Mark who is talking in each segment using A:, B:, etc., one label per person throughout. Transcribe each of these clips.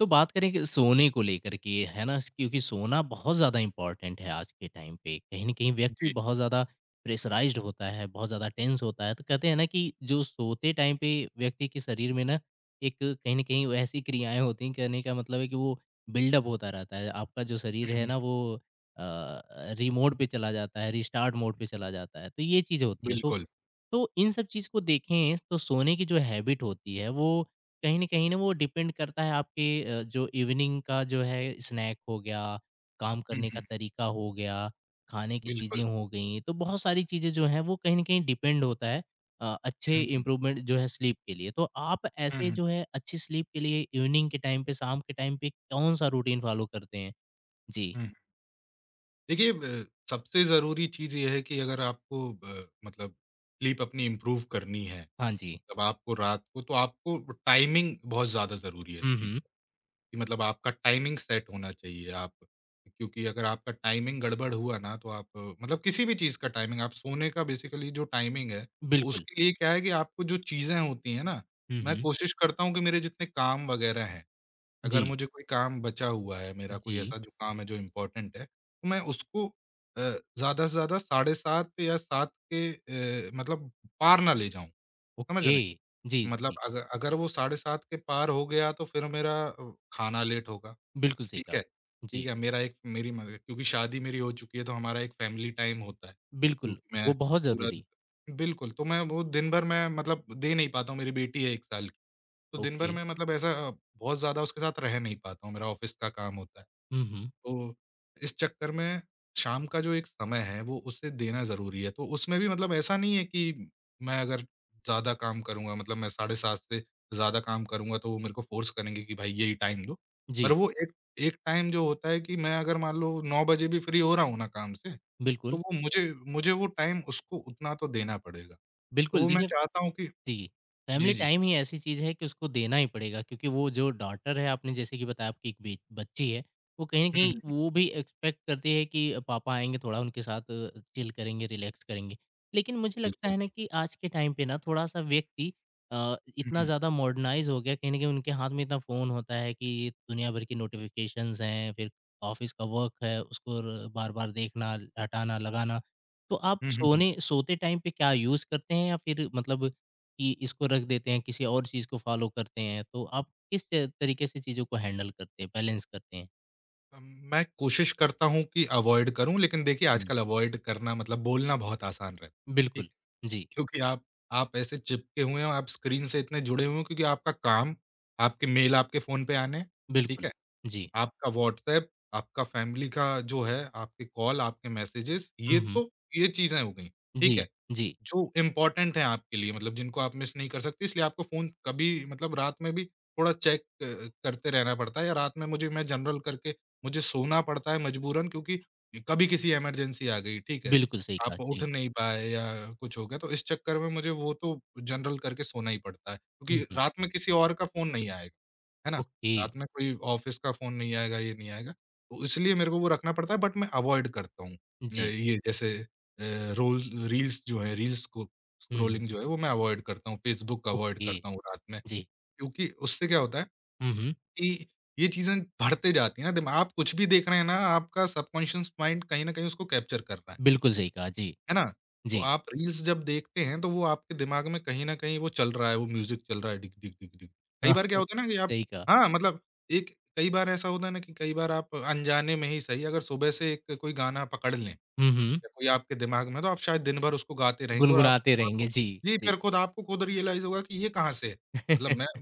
A: तो बात करें कि सोने को लेकर के, है ना? क्योंकि सोना बहुत ज़्यादा इम्पोर्टेंट है आज के टाइम पे। कहीं न कहीं व्यक्ति
B: जी।
A: बहुत ज़्यादा प्रेशराइज़्ड होता है, बहुत ज़्यादा टेंस होता है। तो कहते हैं ना कि जो सोते टाइम पे व्यक्ति के शरीर में ना एक कहीं न कहीं वो ऐसी क्रियाएँ होती हैं, कहने का मतलब है कि वो बिल्डअप होता रहता है। आपका जो शरीर
B: हुँ,
A: है
B: हुँ।
A: ना वो अ, रिमोड पे चला जाता है, रिस्टार्ट मोड पे चला जाता है। तो ये चीज़ होती है। तो
B: बिल्कुल।
A: तो इन सब चीज़ को देखें तो सोने की जो हैबिट होती है वो कहीं न कहीं ना वो डिपेंड करता है आपके जो इवनिंग का जो है स्नैक हो गया, काम
B: हुँ,
A: करने का
B: हुँ।
A: तरीका हो गया, खाने की चीज़ें
B: बिल्कुल।
A: हो गईं, तो बहुत सारी चीज़ें जो हैं वो कहीं न कहीं डिपेंड होता है अच्छे
B: हुँ, हुँ,
A: इम्प्रूवमेंट जो है स्लीप के लिए। तो आप
B: हुँ,
A: ऐसे
B: हुँ,
A: जो है अच्छी स्लीप के लिए इवनिंग के टाइम पे, शाम के टाइम पे कौन-सा रूटीन फ़ॉलो करते हैं? जी।
B: हुँ। देखिए ब सबसे ज़रूरी चीज़ ये है कि अगर आपको ब मतलब स्लीप अपनी इम्प्रूव करनी है,
A: हाँ जी।
B: तब आपको रात को तो आपको टाइमिंग बहुत ज़्यादा ज़रूरी है इस
A: हुँ,
B: चीज़
A: हुँ।
B: की। मतलब आपका टाइमिंग सेट होना चाहिए। आप क्योंकि अगर आपका टाइमिंग गड़बड़ हुआ ना, तो आप मतलब किसी भी चीज़ का टाइमिंग, आप सोने का बेसिकली जो टाइमिंग है, तो
A: बिल्कुल।
B: उसके लिए क्या है कि आपको जो चीज़ें होती हैं ना,
A: हुँ,
B: मैं
A: हुँ।
B: कोशिश करता हूँ कि मेरे जितने काम वगैरह हैं, अगर
A: जी।
B: मुझे कोई काम बचा हुआ है, मेरा कोई
A: जी।
B: ऐसा जो काम है जो इम्पोर्टेंट है, तो मैं उसको अ, ज़्यादा से ज़्यादा 7:30 या 7 के मतलब पार ना ले जाऊँ, समझ रहे
A: ओके।
B: हैं?
A: जी,
B: मतलब
A: जी।
B: अग अगर वो 7:30 के पार हो गया तो फिर मेरा खाना लेट होगा,
A: बिल्कुल सही
B: ठीक
A: कहा।
B: है? ठीक
A: जी,
B: है, मेरा एक मेरी म क्योंकि शादी मेरी हो चुकी है, तो हमारा एक फैमिली टाइम होता है,
A: बिल्कुल,
B: क्योंकि मैं
A: वो बहुत
B: पूरा
A: ज़रूरी
B: बिल्कुल, तो मैं वो दिन भर मैं मतलब दे नहीं पाता हूँ, मेरी बेटी है 1 साल। तो दिन भर
A: ओके।
B: में मतलब ऐसा बहुत ज़्यादा उसके साथ रह नहीं पाता हूँ, मेरा ऑफ़िस का काम होता है।
A: हुँ, हुँ।
B: तो इस चक्कर में शाम का जो एक समय है, वो उसे देना ज़रूरी है। तो उसमें भी मतलब ऐसा नहीं है कि मैं अगर ज़्यादा काम करूँगा, मतलब मैं 7:30 से ज़्यादा काम करूँगा, तो वो मेरे को फ़ोर्स करेंगे कि, "भाई, यही टाइम दो।" पर
A: जी,
B: वो एक एक टाइम जो होता है कि मैं अगर मान लो 9 बजे भी फ्री हो रहा हूँ ना काम से, तो
A: बिल्कुल,
B: वो मुझे मुझे वो टाइम उसको उतना तो देना पड़ेगा। तो
A: बिल्कुल
B: वो मैं
A: देखिए
B: चाहता हूँ कि।
A: जी।
B: जी,
A: फैमिली
B: जी।
A: टाइम ही ऐसी चीज़ है कि उसको देना ही पड़ेगा क्योंकि वो जो डॉटर है आपने जैसे कि बताया आपकी एक बे बच्ची है, वो कहीं न
B: हुँ,
A: कहीं
B: हुँ।
A: वो भी एक्सपेक्ट करती है कि पापा आएँगे थोड़ा उनके साथ चिल करेंगे, रिलैक्स करेंगे। लेकिन मुझे लगता
B: बिल्कुल,
A: है ना
B: बिल्कुल।
A: कि आज के टाइम पे ना थोड़ा-सा व्यक्ति
B: हुँ,
A: इतना
B: हुँ।
A: ज़्यादा मॉडर्नाइज़ हो गया कहीं न कहीं उनके हाथ में इतना फ़ोन होता है कि दुनिया भर की नोटिफ़िकेशंस हैं, फिर ऑफ़िस का वर्क है, उसको र बार-बार देखना, हटाना, लगाना। तो आप
B: हुँ, हुँ, हुँ।
A: सोने सोते टाइम पे क्या यूज़ करते हैं या फिर मतलब कि इसको रख देते हैं, किसी और चीज़ को फॉलो करते हैं, तो आप किस त तरीके से चीज़ों को हैंडल करते हैं, बैलेंस करते हैं?
B: अम, मैं कोशिश करता हूँ कि अवॉइड करूँ, लेकिन देखिए
A: हुँ।
B: आजकल अवॉइड करना मतलब बोलना बहुत आसान रहता है, ठीक
A: बिल्कुल,
B: है?
A: जी,
B: क्योंकि आप ऐसे चिपके हुए हो, आप स्क्रीन से इतने जुड़े हुए हो क्योंकि आपका काम, आपके मेल आपके फ़ोन पे आने हैं, ठीक
A: बिल्कुल,
B: है?
A: जी।
B: आपका व्हाट्सएप, आपका फैमिली का जो है, आपके कॉल, आपके मैसेजेज़,
A: हुँ,
B: ये
A: हुँ।
B: तो ये चीज़ें हो गईं,
A: जी,
B: ठीक है?
A: जी,
B: जो इम्पोर्टेंट हैं आपके लिए, मतलब जिनको आप मिस नहीं कर सकते, इसलिए आपको फ़ोन कभी मतलब रात में भी थोड़ा चेक करते रहना पड़ता है, या रात में मुझे, मैं जनरल करके मुझे सोना पड़ता है मजबूरन, क्योंकि कभी किसी इमरजेंसी आ गई, ठीक है?
A: बिल्कुल सही कहा,
B: आप उठ
A: जी।
B: नहीं पाए या कुछ हो गया, तो इस चक्कर में मुझे वो तो जनरल करके सोना ही पड़ता है, क्योंकि
A: हुँ, हुँ,
B: रात में किसी और का फ़ोन नहीं आएगा। है ना?
A: ओके,
B: रात में कोई ऑफ़िस का फ़ोन नहीं आएगा, ये नहीं आएगा, तो इसलिए मेरे को वो रखना पड़ता है, बट मैं अवॉइड करता हूँ। न
A: जी।
B: ये जैसे रोल्स रील्स जो है, रील्स को
A: हुँ, हुँ,
B: स्क्रॉलिंग जो है, वो मैं अवॉइड करता हूँ, फ़ेसबुक अवॉइड
A: ओके,
B: करता हूँ रात में।
A: जी।
B: क्योंकि उससे क्या होता है
A: हुँ, हुँ,
B: कि ये चीज़ें बढ़ते जाती हैं ना। दिमा आप कुछ भी देख रहे हैं ना, आपका सबकॉन्शियस माइंड कहीं न कहीं उसको कैप्चर कर रहा है।
A: बिल्कुल सही कहा, जी,
B: है ना? तो
A: जी।
B: आप रील्स जब देखते हैं तो वो आपके दिमाग में कहीं न कहीं वो चल रहा है, वो म्यूज़िक चल रहा है डिग डिग डिग डिग। कई
A: हाँ,
B: बार क्या
A: सही
B: होता है ना कि आप
A: सही कहा।
B: हाँ, मतलब एक, कई बार ऐसा होता है ना कि कई बार आप अनजाने में ही सही, अगर सुबह से एक कोई गाना पकड़ लें या
A: हुँ, हुँ,
B: कोई आपके दिमाग में, तो आप शायद दिन भर उसको गाते रहेंगे और आप
A: गुनगुनाते रहेंगे,
B: आपको
A: जी,
B: जी, फिर
A: जी।
B: खुद आपको खुद रियलाइज़ होगा कि ये कहाँ से है? मतलब मैं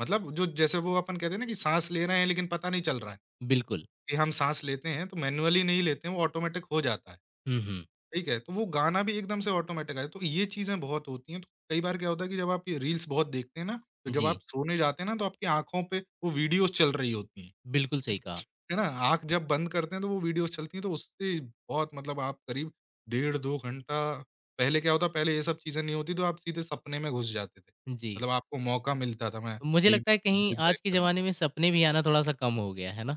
B: मतलब जो जैसे वो अपन कहते हैं ना कि साँस ले रहे हैं लेकिन पता नहीं चल रहा है
A: बिल्कुल,
B: कि हम साँस लेते हैं तो मैनुअली नहीं लेते हैं, वो ऑटोमेटिक हो जाता है।
A: हुँ, हुँ,
B: ठीक है, तो वो गाना भी एकदम से ऑटोमैटिक आया, तो ये चीज़ें बहुत होती हैं। तो कई बार क्या होता है कि जब आप ये रील्स बहुत देखते हैं ना, तो जब आप
A: जी,
B: सोने जाते हैं ना, तो आपकी आँखों पे वो वीडियोज़ चल रही होती हैं,
A: बिल्कुल सही कहा,
B: है ना? आँख जब बंद करते हैं, तो वो वीडियोज़ चलती हैं, तो उससे बहुत मतलब आप करीब डेढ़ 2 घंटा पहले क्या होता, पहले ये सब चीज़ें नहीं होती, तो आप सीधे सपने में घुस जाते थे।
A: जी।
B: मतलब आपको मौका मिलता था, मैं
A: तो मुझे
B: डीप।
A: लगता है
B: हुँ।
A: कहीं
B: डीप डाइव
A: आज के
B: करने का।
A: ज़माने में सपने भी आना थोड़ा-सा कम हो गया, है ना?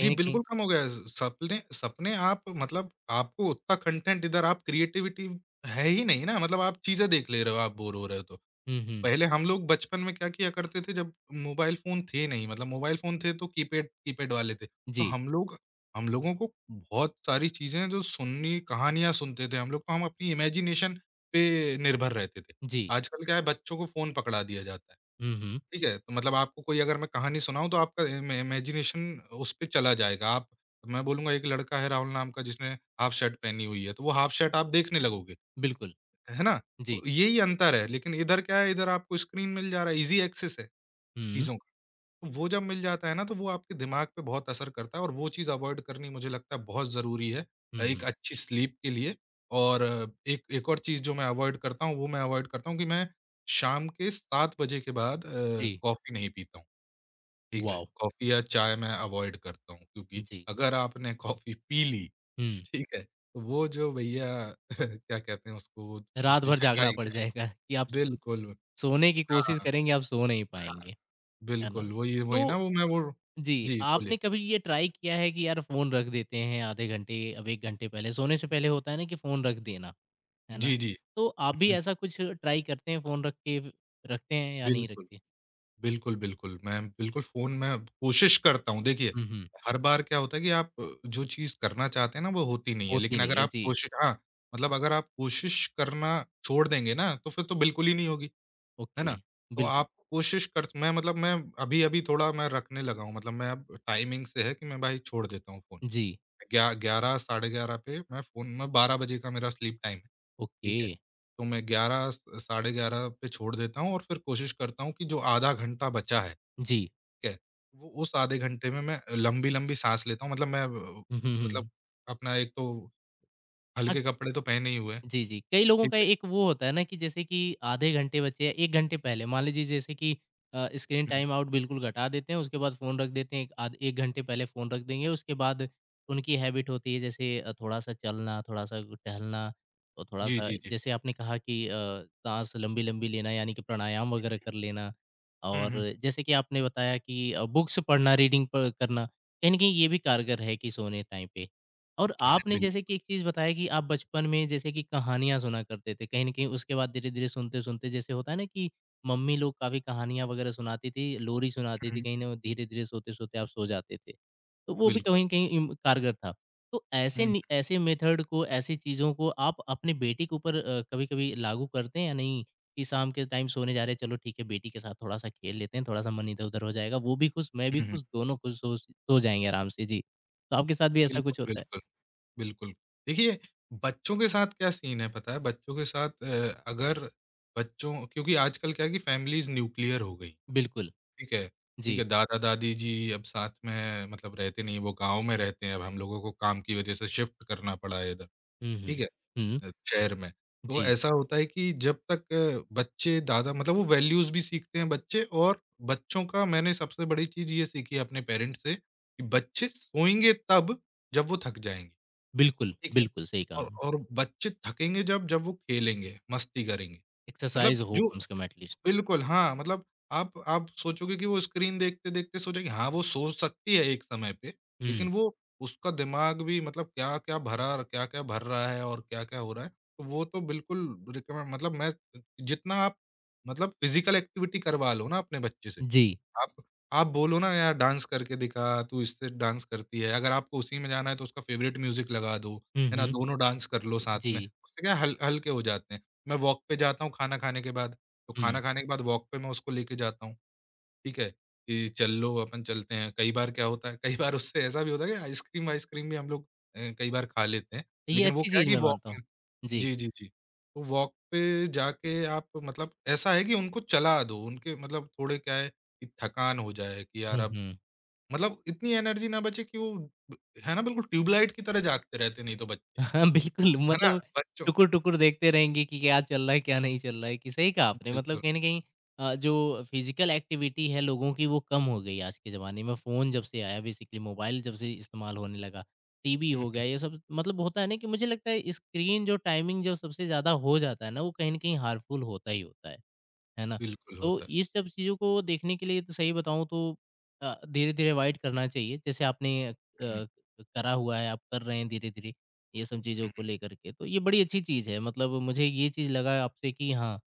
B: जी,
A: न कहीं
B: बिल्कुल कम हो गया है। स सपने सपने आप मतलब आपको उतना कंटेंट इधर, आप क्रिएटिविटी है ही नहीं ना, मतलब आप चीज़ें देख ले रहे हो, आप बोर हो रहे हो तो।
A: हुँ, हुँ।
B: पहले हम लोग बचपन में क्या किया करते थे, जब मोबाइल फ़ोन थे नहीं, मतलब मोबाइल फ़ोन थे तो कीपैड कीपैड वाले थे। तो
A: जी,
B: हम लोगों को बहुत सारी चीज़ें हैं जो सुननी कहानियाँ सुनते थे हम लोग, तो हम अपनी इमेजिनेशन पे निर्भर रहते थे।
A: जी।
B: आजकल क्या है, बच्चों को फ़ोन पकड़ा दिया जाता है।
A: हुँ, हुँ।
B: ठीक है? तो मतलब आपको कोई, अगर मैं कहानी सुनाऊँ तो आपका इमेजिनेशन उस पे चला जाएगा। आप मैं बोलूँगा एक लड़का है राहुल नाम का, जिसने हाफ शर्ट पहनी हुई है, तो वो हाफ शर्ट आप देखने लगोगे,
A: बिल्कुल,
B: है ना?
A: जी।
B: तो यही अंतर है, लेकिन इधर क्या है, इधर आपको स्क्रीन मिल जा रहा है, ईज़ी एक्सेस है
A: हुँ,
B: चीज़ों का। तो वो जब मिल जाता है ना, तो वो आपके दिमाग पे बहुत असर करता है, और वो चीज़ अवॉइड करनी मुझे लगता है बहुत ज़रूरी है,
A: हुँ,
B: एक
A: हुँ।
B: अच्छी स्लीप के लिए। और एक एक और चीज़ जो मैं अवॉइड करता हूँ, वो मैं अवॉइड करता हूँ कि मैं शाम के 7 बजे के बाद
A: जी।
B: कॉफ़ी नहीं पीता हूँ। ठीक है,
A: वॉव!
B: कॉफ़ी या चाय मैं अवॉइड करता हूँ, क्योंकि
A: जी।
B: अगर आपने कॉफ़ी पी ली,
A: हुँ।
B: ठीक है, तो वो जो भैया क्या कहते हैं उसको, वो
A: रात
B: ज
A: भर जागना पड़
B: जगाएगा।
A: जाएगा कि आप
B: बिल्कुल,
A: सोने की कोशिश
B: हाँ,
A: करेंगे, आप सो नहीं
B: हाँ,
A: पाएँगे, है ना?
B: बिल्कुल, वही वही ना
A: तो
B: वो मैं वो
A: जी,
B: जी, बोलिए।
A: आपने कभी ये ट्राई किया है कि यार फ़ोन रख देते हैं आधे घंटे, अब 1 घंटे पहले सोने से पहले होता है ना कि फ़ोन रख देना, है ना?
B: जी, जी।
A: तो आप भी ऐसा कुछ ट्राई करते हैं फ़ोन रख के रखते हैं या नहीं
B: बिल्कुल,
A: रखते?
B: बिल्कुल, बिल्कुल, मैं बिल्कुल फ़ोन में कोशिश करता हूँ, देखिए,
A: हुँ, हुँ।
B: हर बार क्या होता है कि आप जो चीज़ करना चाहते हैं ना वो होती नहीं है,
A: होती
B: लेकिन
A: नहीं
B: अगर
A: है।
B: आप
A: जी,
B: कोशि हाँ, मतलब अगर आप कोशिश करना छोड़ देंगे ना, तो फिर तो बिल्कुल ही नहीं होगी। है ना?
A: ओके,
B: तो
A: बिल्कुल।
B: आप कोशिश कर मैं मतलब मैं अभी-अभी थोड़ा मैं रखने लगा हूँ, मतलब मैं अब टाइमिंग से है कि मैं भाई छोड़ देता हूँ फ़ोन।
A: जी,
B: ग्या 11 साढ़े 11 पे मैं फ़ोन। मैं 12 बजे का मेरा स्लीप टाइम है,
A: ओके,
B: ठीक है? तो मैं 11 स साढ़े 11 पे छोड़ देता हूँ, और फिर कोशिश करता हूँ कि जो आधा घंटा बचा है,
A: जी।
B: ठीक है? वो उस आधे घंटे में मैं लंबी-लंबी साँस लेता हूँ, मतलब मैं
A: हुँ, हुँ,
B: मतलब
A: हुँ।
B: अपना एक तो हल्के कपड़े तो पहने ही हुए हैं,
A: जी, जी। कई लोगों
B: ठीक
A: का एक वो होता है ना कि जैसे कि आधे घंटे बचे या 1 घंटे पहले मान लीजिए जैसे कि स्क्रीन
B: है? हुँ,
A: टाइम आउट बिल्कुल घटा देते हैं, उसके बाद फ़ोन रख देते हैं, एक आध 1 घंटे पहले फ़ोन रख देंगे, उसके बाद उनकी हैबिट होती है जैसे थोड़ा-सा चलना, थोड़ा-सा टहलना और
B: जी,
A: थोड़ा-सा
B: जी, जी।
A: जैसे आपने कहा कि साँस लंबी-लंबी लेना यानी कि प्राणायाम वगैरह कर लेना
B: हुँ,
A: और
B: हुँ।
A: जैसे कि आपने बताया कि बुक्स पढ़ना, रीडिंग प करना, कहीं न कहीं ये भी कारगर है कि सोने टाइम पे। और
B: अरे
A: आपने
B: बिल
A: जैसे कि एक चीज़ बताया कि आप बचपन में जैसे कि कहानियाँ सुना करते थे, कहीं न कहीं उसके बाद धीरे-धीरे सुनते-सुनते जैसे होता है ना कि मम्मी लोग काफ़ी कहानियाँ वगैरह सुनाती थी, लोरी सुनाती थी,
B: हुँ,
A: कहीं न धीरे-धीरे सोते-सोते आप सो जाते थे। तो वो भी
B: बिल्कुल।
A: कहीं न कहीं इम कारगर था। तो
B: हुँ,
A: ऐसे मेथड को, ऐसी चीज़ों को आप अपनी बेटी के ऊपर कभी-कभी लागू करते हैं या नहीं? कि शाम के टाइम सोने जा रहे हैं, चलो ठीक है बेटी के साथ थोड़ा-सा खेल लेते हैं, थोड़ा-सा मन इधर-उधर हो जाएगा, वो भी खुश, मैं भी
B: हुँ, हुँ।
A: खुश, दोनों खुश सो जाएँगे आराम से। जी, तो आपके साथ भी ऐसा
B: बिल्कुल,
A: कुछ होता है?
B: बिल्कुल, बिल्कुल। देखिए, बच्चों के साथ क्या सीन है, पता है? बच्चों के साथ अगर बच्चों क्योंकि आजकल क्या है कि फैमिलीज़ न्यूक्लियर हो गई,
A: बिल्कुल,
B: ठीक है? ठीक
A: जी।
B: है, दादा-दादी जी अब साथ में मतलब रहते नहीं, वो गाँव में रहते हैं, अब हम लोगों को काम की वज़ह से शिफ्ट करना पड़ा है इधर,
A: हुँ,
B: ठीक
A: हुँ।
B: है?
A: हुँ,
B: शहर में। तो
A: जी,
B: ऐसा होता है कि जब तक बच्चे दादा मतलब वो वैल्यूज़ भी सीखते हैं बच्चे। और बच्चों का, मैंने सबसे बड़ी चीज़ ये सीखी है अपने पेरेंट्स से, कि बच्चे सोएँगे तब, जब वो थक जाएँगे,
A: बिल्कुल,
B: ठीक है?
A: बिल्कुल सही कहा आपने।
B: और बच्चे थकेंगे जब, जब वो खेलेंगे, मस्ती करेंगे। मतलब
A: एक्सरसाइज़ हो
B: जो
A: कम से कम एट लीस्ट।
B: बिल्कुल, हाँ, मतलब आप सोचोगे कि वो स्क्रीन देखते-देखते सोचेंगे। हाँ, वो सो सकती है एक समय पे,
A: हुँ,
B: लेकिन वो उसका दिमाग भी मतलब क्या-क्या भर रहा है और क्या-क्या हो रहा है, तो वो तो बिल्कुल रिकमेंड मतलब मैं जितना आप मतलब फिज़िकल एक्टिविटी करवा लो ना अपने बच्चे से।
A: जी।
B: आप बोलो ना, यार डांस करके दिखा, तू इससे डांस करती है। अगर आपको उसी में जाना है तो उसका फ़ेवरेट म्यूज़िक लगा दो,
A: हुँ,
B: है ना?
A: हुँ,
B: दोनों डांस कर लो साथ में।
A: जी।
B: उससे क्या है, हल हल्के हो जाते हैं। मैं वॉक पे जाता हूँ खाना खाने के बाद, तो खाना
A: हुँ,
B: खाने के बाद वॉक पे मैं उसको लेके जाता हूँ। ठीक है? कि चल लो अपन चलते हैं। कई बार क्या होता है, कई बार उससे ऐसा भी होता है कि आइसक्रीम वाइसक्रीम भी हम लोग कई बार खा लेते हैं।
A: ये
B: लेकिन वो
A: अच्छी
B: क्या है
A: चीज़
B: कि
A: मैं
B: अच्छा। वॉक
A: मानता हूँ।
B: में
A: जी।
B: जी, जी, जी। तो वॉक पे जाके आप मतलब ऐसा है कि उनको चला दो। उनके मतलब थोड़े क्या है कि थकान हो जाए कि यार,
A: हुँ,
B: अब
A: हुँ।
B: मतलब इतनी एनर्जी ना बचे कि वो ब है ना, बिल्कुल ट्यूबलाइट की तरह जागते रहते नहीं तो बच्चे।
A: हाँ, बिल्कुल
B: है ना?
A: मतलब
B: बच्चों
A: टुकुर-टुकुर देखते रहेंगे कि क्या चल रहा है, क्या नहीं चल रहा है कि सही कहा आपने मतलब
B: बिल्कुल।
A: कहीं न कहीं जो फ़िज़िकल एक्टिविटी है लोगों की वो कम हो गई आज के ज़माने में फ़ोन जब से आया बेसिकली मोबाइल जब से इस्तेमाल होने लगा, टीवी
B: हुँ,
A: हो
B: हुँ।
A: गया ये सब मतलब होता है ना कि मुझे लगता है स्क्रीन जो टाइमिंग जो सबसे ज़्यादा हो जाता है ना वो कहीं न कहीं हार्मफुल होता ही होता है। है ना?
B: बिल्कुल
A: तो
B: होता है।
A: ये सब चीज़ों को देखने के लिए तो सही बताऊँ तो धीरे-धीरे अवॉइड करना चाहिए। जैसे आपने
B: हुँ, हुँ,
A: करा हुआ है, आप कर रहे हैं धीरे-धीरे ये सब चीज़ों
B: हुँ,
A: को लेकर के। तो ये बड़ी अच्छी चीज़ है मतलब मुझे ये चीज़ लगा आपसे कि हाँ,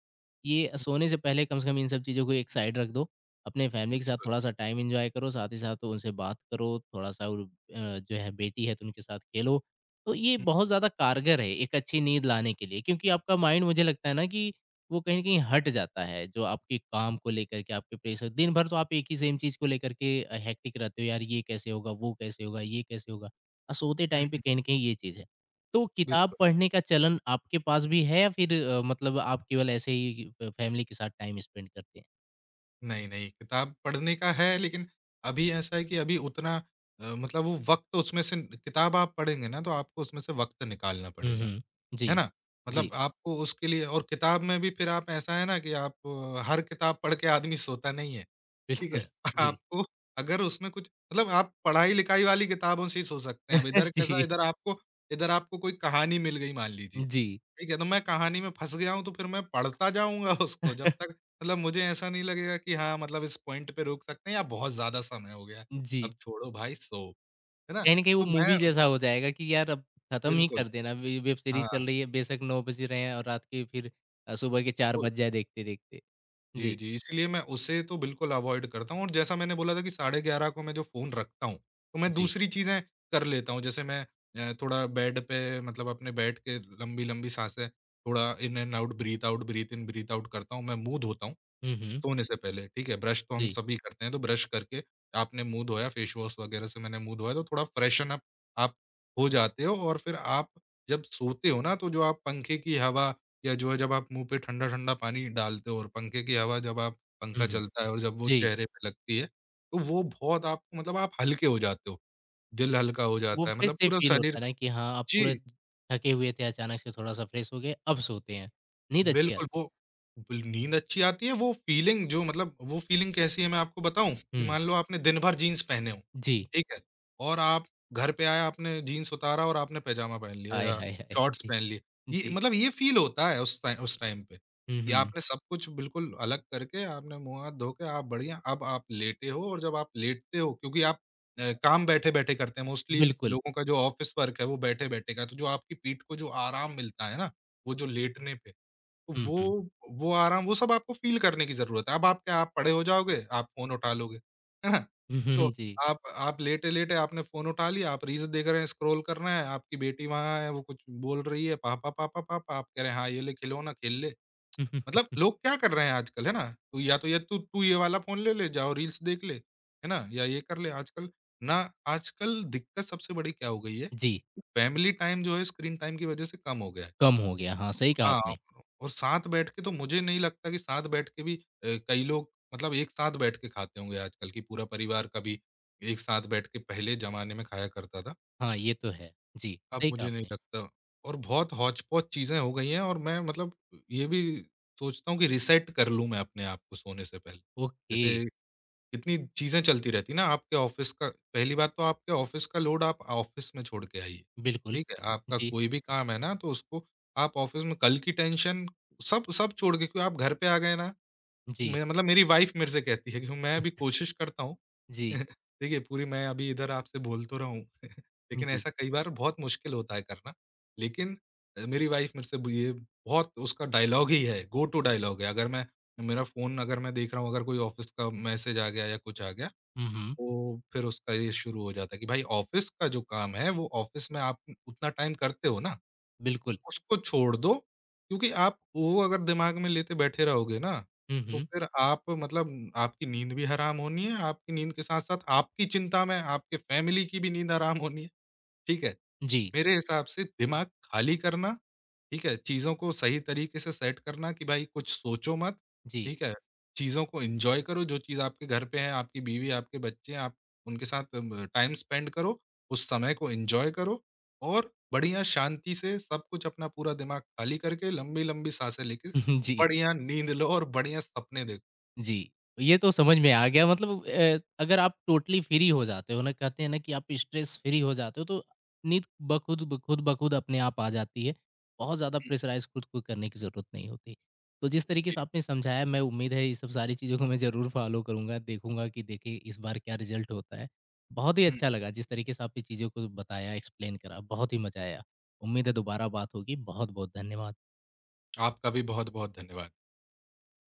A: ये सोने से पहले कम से कम इन सब चीज़ों को एक साइड रख दो। अपने
B: हुँ।
A: फैमिली के साथ
B: बिल्कुल।
A: थोड़ा-सा टाइम एन्जॉय करो, साथ ही साथ उनसे बात करो, थोड़ा-सा और जो है बेटी है तो उनके साथ खेलो। तो ये
B: हुँ,
A: बहुत ज़्यादा कारगर है एक अच्छी नींद लाने के लिए क्योंकि आपका माइंड मुझे लगता है ना कि वो कहीं न कहीं हट जाता है, जो आपके काम को लेकर के आपके प्रेशर दिन भर तो आप एक ही सेम चीज़ को लेकर के हेक्टिक रहते हो, यार ये कैसे होगा, वो कैसे होगा, ये कैसे होगा? सोते
B: हुँ,
A: टाइम पे
B: हुँ,
A: कहीं न कहीं ये चीज़ है। तो किताब
B: बिल्कुल।
A: पढ़ने का चलन आपके पास भी है या फिर मतलब आप केवल ऐसे ही फ फैमिली के साथ टाइम स्पेंड करते हैं?
B: नहीं, नहीं, किताब पढ़ने का है लेकिन अभी ऐसा है कि अभी उतना मतलब वो वक़्त उसमें से किताब आप पढ़ेंगे ना तो आपको उसमें से वक़्त निकालना
A: हुँ,
B: पड़ेगा,
A: हुँ।
B: है
A: जी।
B: ना? मतलब
A: जी,
B: आपको उसके लिए और किताब में भी फिर आप ऐसा है ना कि आप हर किताब पढ़ के आदमी सोता नहीं है। ठीक है।
A: बिल्कुल। जी।
B: आपको अगर उसमें कुछ मतलब आप पढ़ाई-लिखाई वाली किताबों से ही सोच सकते हैं। अब इधर कैसा
A: जी,
B: इधर आपको कोई कहानी मिल गई मान लीजिए,
A: जी।
B: ठीक है? तो मैं कहानी में फँस गया हूँ तो फिर मैं पढ़ता जाऊँगा उसको जब तक मतलब मुझे ऐसा नहीं लगेगा कि हाँ, मतलब इस पॉइंट पे रोक सकते हैं या बहुत ज़्यादा समय हो गया है।
A: जी।
B: अब छोड़ो भाई सो, है ना?
A: कहीं न कहीं वो
B: तो मैं
A: मूवी जैसा हो जाएगा कि यार अब खत्म ही
B: बिल्कुल,
A: कर देना वे वेब सीरीज़
B: हाँ।
A: चल रही है बेशक 9 बज रहे हैं और रात के फिर सुबह के 4
B: तो
A: बज जाए देखते-देखते।
B: जी,
A: जी,
B: जी, इसलिए मैं उसे तो बिल्कुल अवॉइड करता हूँ और जैसा मैंने बोला था कि साढ़े 11 को मैं जो फ़ोन रखता हूँ, तो मैं
A: जी।
B: दूसरी चीज़ें कर लेता हूँ। जैसे मैं थोड़ा बेड पे मतलब अपने बैठ के लंबी-लंबी साँसें, थोड़ा in and out, breathe in, breathe out करता हूँ, मैं मुँह धोता हूँ।
A: हुँ, हुँ।
B: सोने से पहले, ठीक है? ब्रश तो हम
A: जी।
B: सभी करते हैं, तो ब्रश करके आपने मुँह धोया, फेस वॉश वगैरह से मैंने मुँह धोया, तो थोड़ा फ्रेशन अप आप हो जाते हो और फिर आप जब सोते हो ना, तो जो आप पंखे की हवा या जो है जब आप मुँह पे ठंडा-ठंडा पानी डालते हो और पंखे की हवा जब आप
A: हुँ,
B: पंखा
A: हुँ।
B: चलता है और जब वो
A: जी,
B: चेहरे पे लगती है, तो वो बहुत आपको मतलब आप हल्के हो जाते हो। दिल हल्का हो
A: वो
B: जाता है,
A: फ्रेश
B: मतलब
A: से
B: पूरा
A: फील
B: शरीर
A: होता है ना कि हाँ, आप पूरे
B: जी।
A: थके हुए थे, अचानक से थोड़ा-सा फ्रेश हो गए, अब सोते हैं। नींद अच्छी
B: बिल्कुल,
A: आती
B: वो बिल नींद अच्छी आती है, वो फ़ीलिंग जो मतलब वो फ़ीलिंग कैसी है मैं आपको बताऊँ? कि
A: हुँ,
B: मान लो आपने दिन भर जीन्स पहने हो,
A: जी।
B: ठीक है? और आप घर पे आए आपने जीन्स उतारा और आपने पैजामा पहन लिया
A: आय
B: या
A: हाय हाय!
B: शॉर्ट्स
A: जी,
B: पहन लिए। ये
A: जी।
B: मतलब ये फ़ील होता है उस टाइ उस टाइम पे,
A: हुँ,
B: कि
A: हुँ।
B: आपने सब कुछ बिल्कुल अलग करके आपने मुँह-हाथ धो के आप बढ़िया अब आप लेटे हो और जब आप लेटते हो क्योंकि आप काम बैठे-बैठे करते हैं मोस्टली
A: बिल्कुल।
B: लोगों का जो ऑफ़िस वर्क है वो बैठे-बैठे का है, तो जो आपकी पीठ को जो आराम मिलता है ना, वो जो लेटने पे
A: हुँ,
B: वो
A: हुँ।
B: वो आराम वो सब आपको फ़ील करने की ज़रूरत है। अब आप क्या आप पड़े हो जाओगे, आप फ़ोन उठा लोगे, है ना?
A: हुँ,
B: तो
A: हुँ, जी।
B: आप लेटे-लेटे आपने फ़ोन उठा लिया, आप रील्स देख रहे हैं, स्क्रॉल कर रहे हैं, आपकी बेटी वहाँ है, वो कुछ बोल रही है, "पापा, पापा, पापा" आप कह रहे हैं, "हाँ, ये ले खिलौना, खेल ले।" मतलब
A: हम्म,
B: लोग क्या कर रहे हैं आजकल, है ना? तो या तो ये "तू तू ये वाला फ़ोन ले ले, जाओ रील्स देख ले।" है ना? या ये कर ले आजकल ना आजकल दिक्कत सबसे बड़ी क्या हो गई है,
A: जी,
B: फैमिली टाइम जो है स्क्रीन टाइम की वज़ह से कम हो गया है।
A: कम हो गया। हाँ, सही कहा
B: हाँ,
A: आपने।
B: और साथ बैठ के तो मुझे नहीं लगता कि साथ बैठ के भी कई लोग मतलब एक साथ बैठ के खाते होंगे आजकल कि पूरा परिवार कभी एक साथ बैठ के पहले ज़माने में खाया करता था,
A: हाँ, ये तो है। जी,
B: अब
A: सही कहा
B: मुझे नहीं
A: आपने।
B: लगता और बहुत हौच-पौच चीज़ें हो गई हैं और मैं मतलब ये भी सोचता हूँ कि रिसेट कर लूँ मैं अपने आप को सोने से पहले।
A: ओके।
B: जैसे इतनी चीज़ें चलती रहती ना आपके ऑफ़िस का पहली बात तो आपके ऑफ़िस का लोड आप ऑफ़िस में छोड़ के आइए,
A: बिल्कुल।
B: ठीक है? आपका
A: जी,
B: कोई भी काम है ना तो उसको आप ऑफ़िस में कल की टेंशन सब सब छोड़ के क्यों आप घर पे आ गए ना,
A: जी,
B: मैं मतलब मेरी वाइफ़ मेरे से कहती है कि मैं भी कोशिश करता हूँ
A: जी,
B: देखिए पूरी मैं अभी इधर आपसे बोल तो रहा हूँ लेकिन
A: जी।
B: ऐसा कई बार बहुत मुश्किल होता है करना। लेकिन मेरी वाइफ़ मेरे से ब ये बहुत उसका डायलॉग ही है, गो टू डायलॉग है। अगर मैं मेरा फ़ोन अगर मैं देख रहा हूँ अगर कोई ऑफ़िस का मैसेज आ गया या कुछ आ गया
A: हुँ, हुँ।
B: तो फिर उसका ये शुरू हो जाता है कि भाई ऑफिस का जो काम है वो ऑफिस में आप उतना टाइम करते हो ना, तो
A: बिल्कुल।
B: उसको छोड़ दो क्योंकि आप वो अगर दिमाग में लेते बैठे रहोगे ना,
A: हुँ,
B: तो
A: हुँ।
B: फिर आप मतलब आपकी नींद भी हराम होनी है, आपकी नींद के साथ-साथ आपकी चिंता में आपके फैमिली की भी नींद हराम होनी है, ठीक है?
A: जी,
B: मेरे हिसाब से दिमाग खाली करना, ठीक है? चीज़ों को सही तरीके से सेट करना कि भाई कुछ सोचो मत,
A: जी,
B: ठीक है? चीज़ों को एन्जॉय करो, जो चीज़ आपके घर पे है, आपकी बीवी, आपके बच्चे हैं, आप उनके साथ म टाइम स्पेंड करो, उस समय को एन्जॉय करो और बढ़िया शांति से सब कुछ अपना पूरा दिमाग खाली करके लंबी-लंबी साँसें लेके
A: जी।
B: बढ़िया नींद लो और बढ़िया सपने देखो।
A: जी, ये तो समझ में आ गया मतलब अगर आप टोटली फ्री हो जाते हो ना, कहते हैं ना कि आप स्ट्रेस फ्री हो जाते हो, तो नींद बखुद ब खुद अपने आप आ जाती है। बहुत ज़्यादा प्रेशराइज़ खुद को करने की ज़रूरत नहीं होती। तो जिस तरीके
B: जी।
A: से आपने समझाया, मैं उम्मीद है ये सब सारी चीज़ों को मैं ज़रूर फ़ॉलो करूँगा, देखूँगा कि देखिए इस बार क्या रिज़ल्ट होता है। बहुत ही
B: हुँ,
A: अच्छा लगा जिस तरीके से आपने चीज़ों को बताया, एक्सप्लेन करा, बहुत ही मज़ा आया। उम्मीद है दोबारा बात होगी। बहुत-बहुत धन्यवाद।
B: आपका भी बहुत-बहुत धन्यवाद।